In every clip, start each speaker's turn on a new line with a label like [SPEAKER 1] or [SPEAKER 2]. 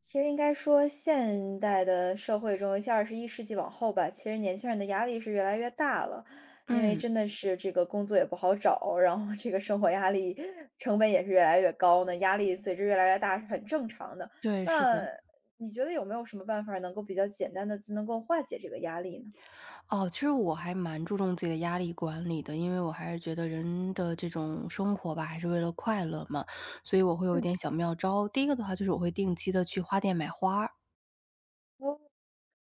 [SPEAKER 1] 其实应该说，现代的社会中，尤其21世纪往后吧，其实年轻人的压力是越来越大了。因为
[SPEAKER 2] 嗯，
[SPEAKER 1] 真的是这个工作也不好找，然后这个生活压力成本也是越来越高呢，压力随之越来越大是很正常的。
[SPEAKER 2] 对，是
[SPEAKER 1] 那
[SPEAKER 2] 的。
[SPEAKER 1] 你觉得有没有什么办法能够比较简单的就能够化解这个压力呢？
[SPEAKER 2] 哦，其实我还蛮注重自己的压力管理的，因为我还是觉得人的这种生活吧，还是为了快乐嘛，所以我会有一
[SPEAKER 1] 嗯。
[SPEAKER 2] 点小妙招。第一个的话就是我会定期的去花店买花儿。
[SPEAKER 1] 哦，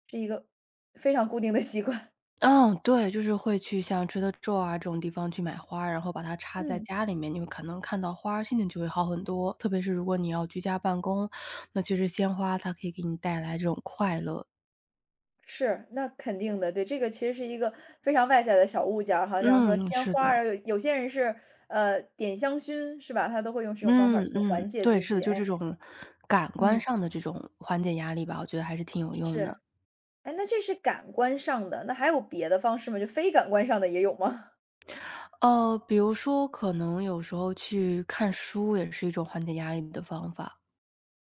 [SPEAKER 1] 是一个非常固定的习惯，
[SPEAKER 2] 嗯，对，就是会去像 Trader Joe 啊这种地方去买花儿然后把它插在
[SPEAKER 1] 嗯。
[SPEAKER 2] 家里面，你会可能看到花儿，心情就会好很多。特别是如果你要居家办公，那其实鲜花它可以给你带来这种快乐。
[SPEAKER 1] 是，那肯定的，对，这个其实是一个非常外在的小物件儿，好像说
[SPEAKER 2] 嗯，
[SPEAKER 1] 鲜
[SPEAKER 2] 是
[SPEAKER 1] 花
[SPEAKER 2] 的。
[SPEAKER 1] 儿啊，有些人是点香薰是吧？他都会用这种方法
[SPEAKER 2] 嗯
[SPEAKER 1] 儿去
[SPEAKER 2] 嗯，
[SPEAKER 1] 缓解
[SPEAKER 2] 对，
[SPEAKER 1] 自
[SPEAKER 2] 是的，
[SPEAKER 1] 己，
[SPEAKER 2] 就
[SPEAKER 1] 哎，
[SPEAKER 2] 这种感官
[SPEAKER 1] 嗯，
[SPEAKER 2] 上的这种缓解压力吧，我觉得还是挺有用的。
[SPEAKER 1] 是，哎，那这是感官上的，那还有别的方式吗？就非感官上的也有吗？
[SPEAKER 2] 比如说可能有时候去看书也是一种缓解压力的方法。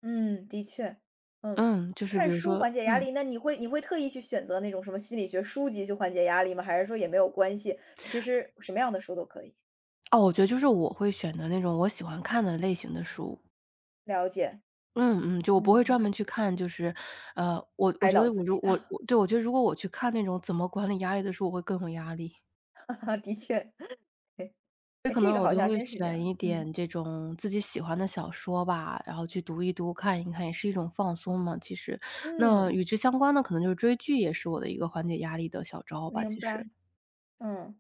[SPEAKER 1] 嗯，的确，嗯，
[SPEAKER 2] 嗯，就是比
[SPEAKER 1] 看
[SPEAKER 2] 如
[SPEAKER 1] 书
[SPEAKER 2] 说。
[SPEAKER 1] 缓解压
[SPEAKER 2] 嗯，
[SPEAKER 1] 力，那你会特意去选择那种什么心理学书籍去缓解压力吗？还是说也没有关系，其实什么样的书都可以？
[SPEAKER 2] 哦，我觉得就是我会选择那种我喜欢看的类型的书。
[SPEAKER 1] 了解，
[SPEAKER 2] 嗯嗯，就我不
[SPEAKER 1] 嗯
[SPEAKER 2] 会专
[SPEAKER 1] 嗯，
[SPEAKER 2] 门去看，就是我
[SPEAKER 1] 开
[SPEAKER 2] 觉
[SPEAKER 1] 导
[SPEAKER 2] 得
[SPEAKER 1] 自己的，
[SPEAKER 2] 我觉得如果我去看那种怎么管理压力的书，我会更有压力。
[SPEAKER 1] 的确。
[SPEAKER 2] 所以
[SPEAKER 1] 哎，
[SPEAKER 2] 可
[SPEAKER 1] 这
[SPEAKER 2] 能
[SPEAKER 1] 个
[SPEAKER 2] 我
[SPEAKER 1] 好
[SPEAKER 2] 就
[SPEAKER 1] 像
[SPEAKER 2] 会
[SPEAKER 1] 真是这
[SPEAKER 2] 选
[SPEAKER 1] 样
[SPEAKER 2] 一
[SPEAKER 1] 的，嗯。
[SPEAKER 2] 点这种自己喜欢的小说吧，然后去读一读、看一看，也是一种放松嘛，其实。那
[SPEAKER 1] 嗯。
[SPEAKER 2] 与之相关的可能就是追剧，也是我的一个缓解压力的小招吧，
[SPEAKER 1] 明
[SPEAKER 2] 其
[SPEAKER 1] 白，
[SPEAKER 2] 实。
[SPEAKER 1] 嗯。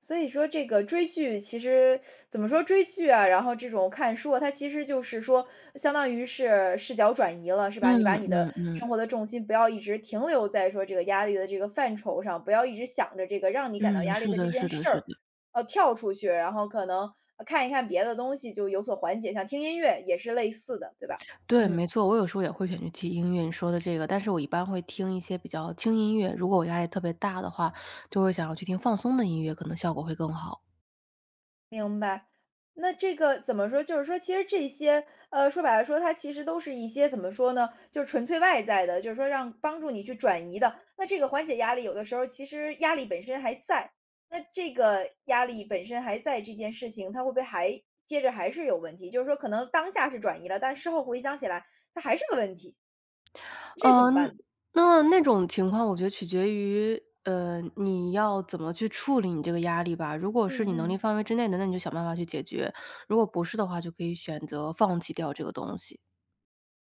[SPEAKER 1] 所以说这个追剧其实怎么说追剧啊，然后这种看书啊，它其实就是说相当于是视角转移了，是吧？你把
[SPEAKER 2] 嗯
[SPEAKER 1] 你的
[SPEAKER 2] 嗯嗯，
[SPEAKER 1] 生活的重心不要一直停留在说这个压力的这个范畴上，不要一直想着这个让你感到
[SPEAKER 2] 嗯，
[SPEAKER 1] 压力
[SPEAKER 2] 是
[SPEAKER 1] 的这
[SPEAKER 2] 的
[SPEAKER 1] 件
[SPEAKER 2] 是的
[SPEAKER 1] 事
[SPEAKER 2] 是
[SPEAKER 1] 儿，
[SPEAKER 2] 的。
[SPEAKER 1] 跳出去，然后可能，看一看别的东西就有所缓解，像听音乐也是类似的，对吧？
[SPEAKER 2] 对，
[SPEAKER 1] 嗯。
[SPEAKER 2] 没错，我有时候也会选去听音乐，你说的这个，但是我一般会听一些比较轻音乐，如果我压力特别大的话，就会想要去听放松的音乐，可能效果会更好。
[SPEAKER 1] 明白，那这个怎么说？就是说，其实这些，说白了说，它其实都是一些怎么说呢？就是纯粹外在的，就是说让帮助你去转移的。那这个缓解压力，有的时候其实压力本身还在，那这个压力本身还在这件事情，它会不会还接着还是有问题？就是说，可能当下是转移了，但事后回想起来，它还是个问题，这怎么办
[SPEAKER 2] 嗯，
[SPEAKER 1] 呢？
[SPEAKER 2] 那那种情况我觉得取决于，你要怎么去处理你这个压力吧。如果是
[SPEAKER 1] 嗯
[SPEAKER 2] 你能力
[SPEAKER 1] 嗯。
[SPEAKER 2] 范围之内的，那你就想办法去解决；如果不是的话，就可以选择放弃掉这个东西。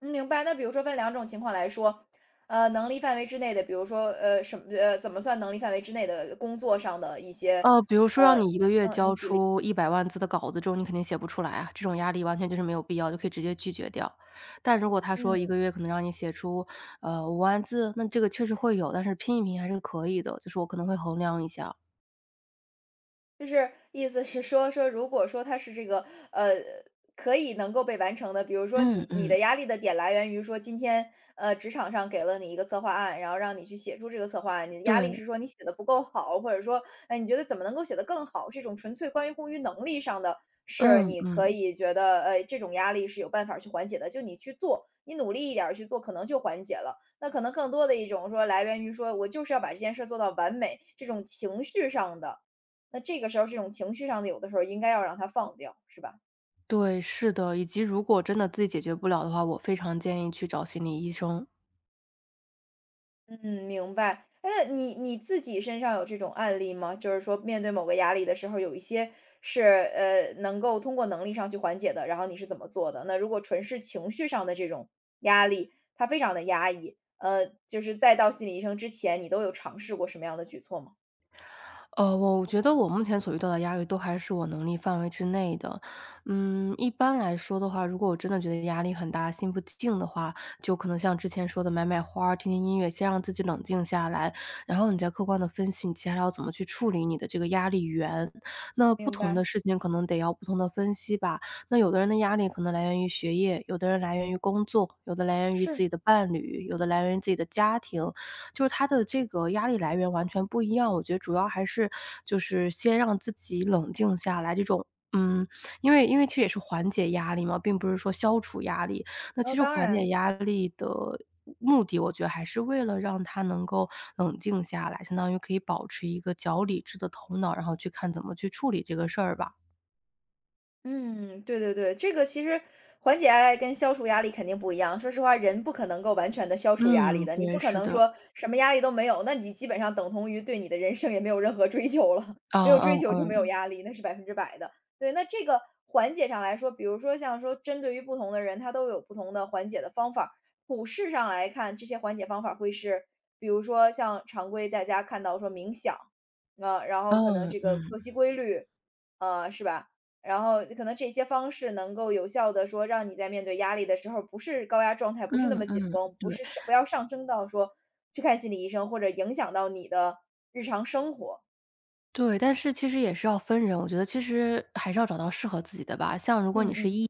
[SPEAKER 1] 嗯，明白。那比如说分两种情况来说，能力范围之内的，比如说，怎么算能力范围之内的工作上的一些，
[SPEAKER 2] 比如说
[SPEAKER 1] 呃，
[SPEAKER 2] 让你一个月交出100万字的稿子之后，你肯定写不出来啊，这种压力完全就是没有必要，就可以直接拒绝掉。但如果他说一
[SPEAKER 1] 嗯。
[SPEAKER 2] 个月可能让你写出，5万字，那这个确实会有，但是拼一拼还是可以的，就是我可能会衡量一下。
[SPEAKER 1] 就是意思是说，如果说它是这个呃，可以能够被完成的，比如说
[SPEAKER 2] 嗯
[SPEAKER 1] 你
[SPEAKER 2] 嗯，
[SPEAKER 1] 的压力的点来源于说今天职场上给了你一个策划案，然后让你去写出这个策划案，你的压
[SPEAKER 2] 对，
[SPEAKER 1] 力是说你写的不够好，或者说哎你觉得怎么能够写得更好，这种纯粹关于乎于能力上的，是
[SPEAKER 2] 嗯
[SPEAKER 1] 你可
[SPEAKER 2] 嗯。
[SPEAKER 1] 以觉得这种压力是有办法去缓解的，就你去做。你努力一点儿去做，可能就缓解了。那可能更多的一种说，来源于说我就是要把这件事儿做到完美，这种情绪上的，那这个时候这种情绪上的，有的时候应该要让它放掉，是吧？
[SPEAKER 2] 对，是的，以及如果真的自己解决不了的话，我非常建议去找心理医生。
[SPEAKER 1] 嗯，明白。哎那你自己身上有这种案例吗？就是说面对某个压力的时候，有一些是能够通过能力上去缓解的，然后你是怎么做的？那如果纯是情绪上的这种压力，他非常的压抑，就是再到心理医生之前，你都有尝试过什么样的举措吗？
[SPEAKER 2] 我觉得我目前所遇到的压力都还是我能力范围之内的。嗯，一般来说的话，如果我真的觉得压力很大，心不静的话，就可能像之前说的买买花儿听听音乐，先让自己冷静下来，然后你再客观的分析你接下来要怎么去处理你的这个压力源。那不
[SPEAKER 1] 明
[SPEAKER 2] 同
[SPEAKER 1] 白，
[SPEAKER 2] 的事情可能得要不同的分析吧，那有的人的压力可能来源于学业，有的人来源于工作，有的来源于自
[SPEAKER 1] 是，
[SPEAKER 2] 己的伴侣，有的来源于自己的家庭，就是他的这个压力来源完全不一样。我觉得主要还是就是先让自己冷静下来，这种。嗯，因为其实也是缓解压力嘛，并不是说消除压力。那
[SPEAKER 1] 哦，
[SPEAKER 2] 其实
[SPEAKER 1] 当
[SPEAKER 2] 缓解
[SPEAKER 1] 然。
[SPEAKER 2] 压力的目的，我觉得还是为了让他能够冷静下来，相当于可以保持一个较理智的头脑，然后去看怎么去处理这个事儿吧。
[SPEAKER 1] 嗯，对对对，这个其实缓解压力跟消除压力肯定不一样。说实话，人不可能够完全的消除压力
[SPEAKER 2] 嗯，
[SPEAKER 1] 的，你不
[SPEAKER 2] 对，
[SPEAKER 1] 可
[SPEAKER 2] 是
[SPEAKER 1] 能
[SPEAKER 2] 的。
[SPEAKER 1] 说什么压力都没有，那你基本上等同于对你的人生也没有任何追求了，没有追
[SPEAKER 2] 哦，
[SPEAKER 1] 求就没有
[SPEAKER 2] 嗯
[SPEAKER 1] 压力，那是100%的。对，那这个缓解上来说，比如说像说针对于不同的人，他都有不同的缓解的方法。普世上来看，这些缓解方法会是，比如说像常规大家看到说冥想，啊、然后可能
[SPEAKER 2] 嗯，
[SPEAKER 1] 这个
[SPEAKER 2] 嗯，
[SPEAKER 1] 作息规律，啊，是吧？然后可能这些方式能够有效的说，让你在面对压力的时候，不是高压状态，不是那
[SPEAKER 2] 嗯，
[SPEAKER 1] 么紧
[SPEAKER 2] 嗯嗯，
[SPEAKER 1] 绷，不
[SPEAKER 2] 对。
[SPEAKER 1] 是不要上升到说去看心理医生，或者影响到你的日常生活。
[SPEAKER 2] 对，但是其实也是要分人，我觉得其实还是要找到适合自己的吧。像如果
[SPEAKER 1] 嗯
[SPEAKER 2] 你是
[SPEAKER 1] 嗯
[SPEAKER 2] E，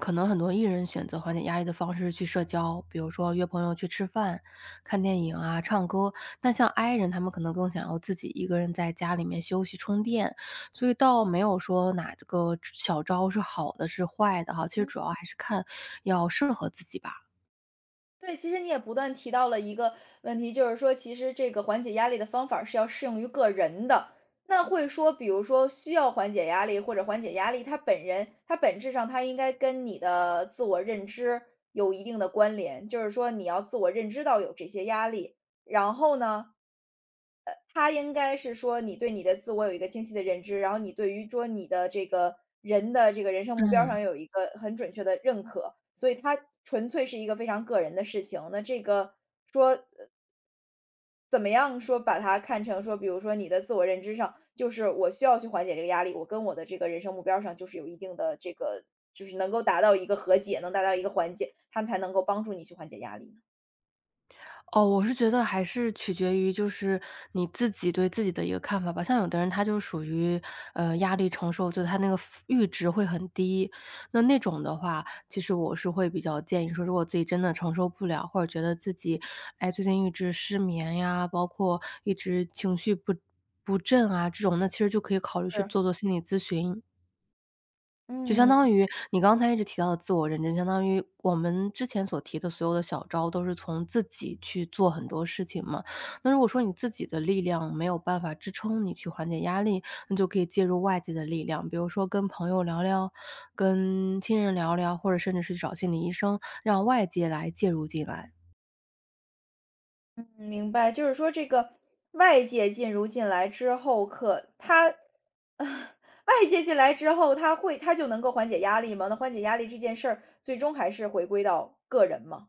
[SPEAKER 2] 可能很多 E 人选择缓解压力的方式是去社交，比如说约朋友去吃饭、看电影啊、唱歌。但像 I 人，他们可能更想要自己一个人在家里面休息充电，所以倒没有说哪个小招是好的，是坏的哈。其实
[SPEAKER 1] 嗯。
[SPEAKER 2] 主要还是看要适合自己吧。
[SPEAKER 1] 对，其实你也不断提到了一个问题，就是说其实这个缓解压力的方法儿是要适用于个人的。那会说，比如说需要缓解压力或者缓解压力，他本人他本质上他应该跟你的自我认知有一定的关联，就是说你要自我认知到有这些压力，然后呢，他应该是说你对你的自我有一个清晰的认知，然后你对于说你的这个人的这个人生目标上
[SPEAKER 2] 嗯。
[SPEAKER 1] 有一个很准确的认可，所以它纯粹是一个非常个人的事情。那这个怎么样说把它看成说，比如说你的自我认知上，就是我需要去缓解这个压力，我跟我的这个人生目标上就是有一定的这个，就是能够达到一个和解，能达到一个缓解，它才能够帮助你去缓解压力呢？
[SPEAKER 2] 哦，我是觉得还是取决于就是你自己对自己的一个看法吧。像有的人他就属于，压力承受，就他那个 阈值会很低，那那种的话，其实我是会比较建议说，如果自己真的承受不了，或者觉得自己，哎，最近一直失眠呀，包括一直情绪不振啊，这种那其实就可以考虑去
[SPEAKER 1] 是，
[SPEAKER 2] 做做心理咨询。就相
[SPEAKER 1] 嗯。
[SPEAKER 2] 当于你刚才一直提到的自我认知，相当于我们之前所提的所有的小招都是从自己去做很多事情嘛。那如果说你自己的力量没有办法支撑你去缓解压力，那就可以借助外界的力量，比如说跟朋友聊聊，跟亲人聊聊，或者甚至是找心理医生，让外界来介入进来。
[SPEAKER 1] 明白，就是说这个外界进入进来之后，可他 外界进来之后，他就能够缓解压力吗？那缓解压力这件事儿，最终还是回归到个人吗？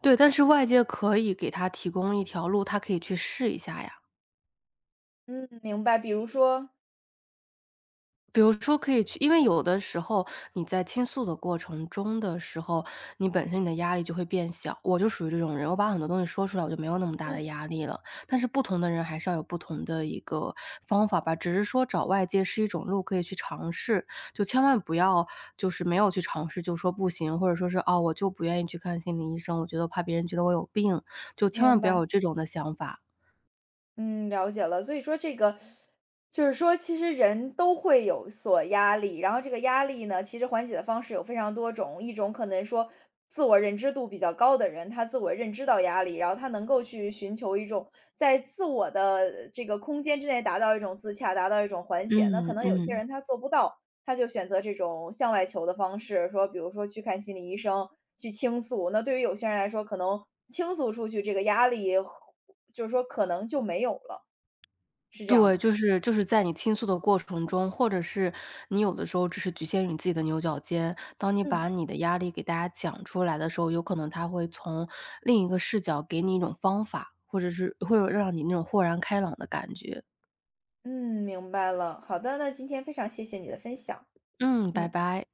[SPEAKER 2] 对，但是外界可以给他提供一条路，他可以去试一下呀。
[SPEAKER 1] 嗯，明白。比如说，
[SPEAKER 2] 比如说可以去因为有的时候你在倾诉的过程中的时候，你本身你的压力就会变小。我就属于这种人，我把很多东西说出来，我就没有那么大
[SPEAKER 1] 嗯，
[SPEAKER 2] 的压力了。但是不同的人还是要有不同的一个方法吧，只是说找外界是一种路可以去尝试，就千万不要就是没有去尝试就说不行，或者说是"哦，我就不愿意去看心理医生，我觉得怕别人觉得我有病"，就千万
[SPEAKER 1] 明
[SPEAKER 2] 不要
[SPEAKER 1] 白。
[SPEAKER 2] 有这种的想法。
[SPEAKER 1] 嗯，了解了。所以说这个，就是说其实人都会有所压力，然后这个压力呢，其实缓解的方式有非常多种。一种可能说自我认知度比较高的人，他自我认知到压力，然后他能够去寻求一种在自我的这个空间之内达到一种自洽，达到一种缓解。那可
[SPEAKER 2] 嗯
[SPEAKER 1] 能有些
[SPEAKER 2] 嗯。
[SPEAKER 1] 人他做不到，他就选择这种向外求的方式，说比如说去看心理医生，去倾诉。那对于有些人来说，可能倾诉出去这个压力，就是说可能就没有了，是这样
[SPEAKER 2] 对，
[SPEAKER 1] 吗？
[SPEAKER 2] 就是在你倾诉的过程中，或者是你有的时候只是局限于你自己的牛角尖，当你
[SPEAKER 1] 嗯。
[SPEAKER 2] 把你的压力给大家讲出来的时候，有可能他会从另一个视角给你一种方法，或者是会有让你那种豁然开朗的感觉。
[SPEAKER 1] 嗯，明白了。好的，那今天非常谢谢你的分享，
[SPEAKER 2] 嗯，拜
[SPEAKER 1] 嗯。
[SPEAKER 2] 拜。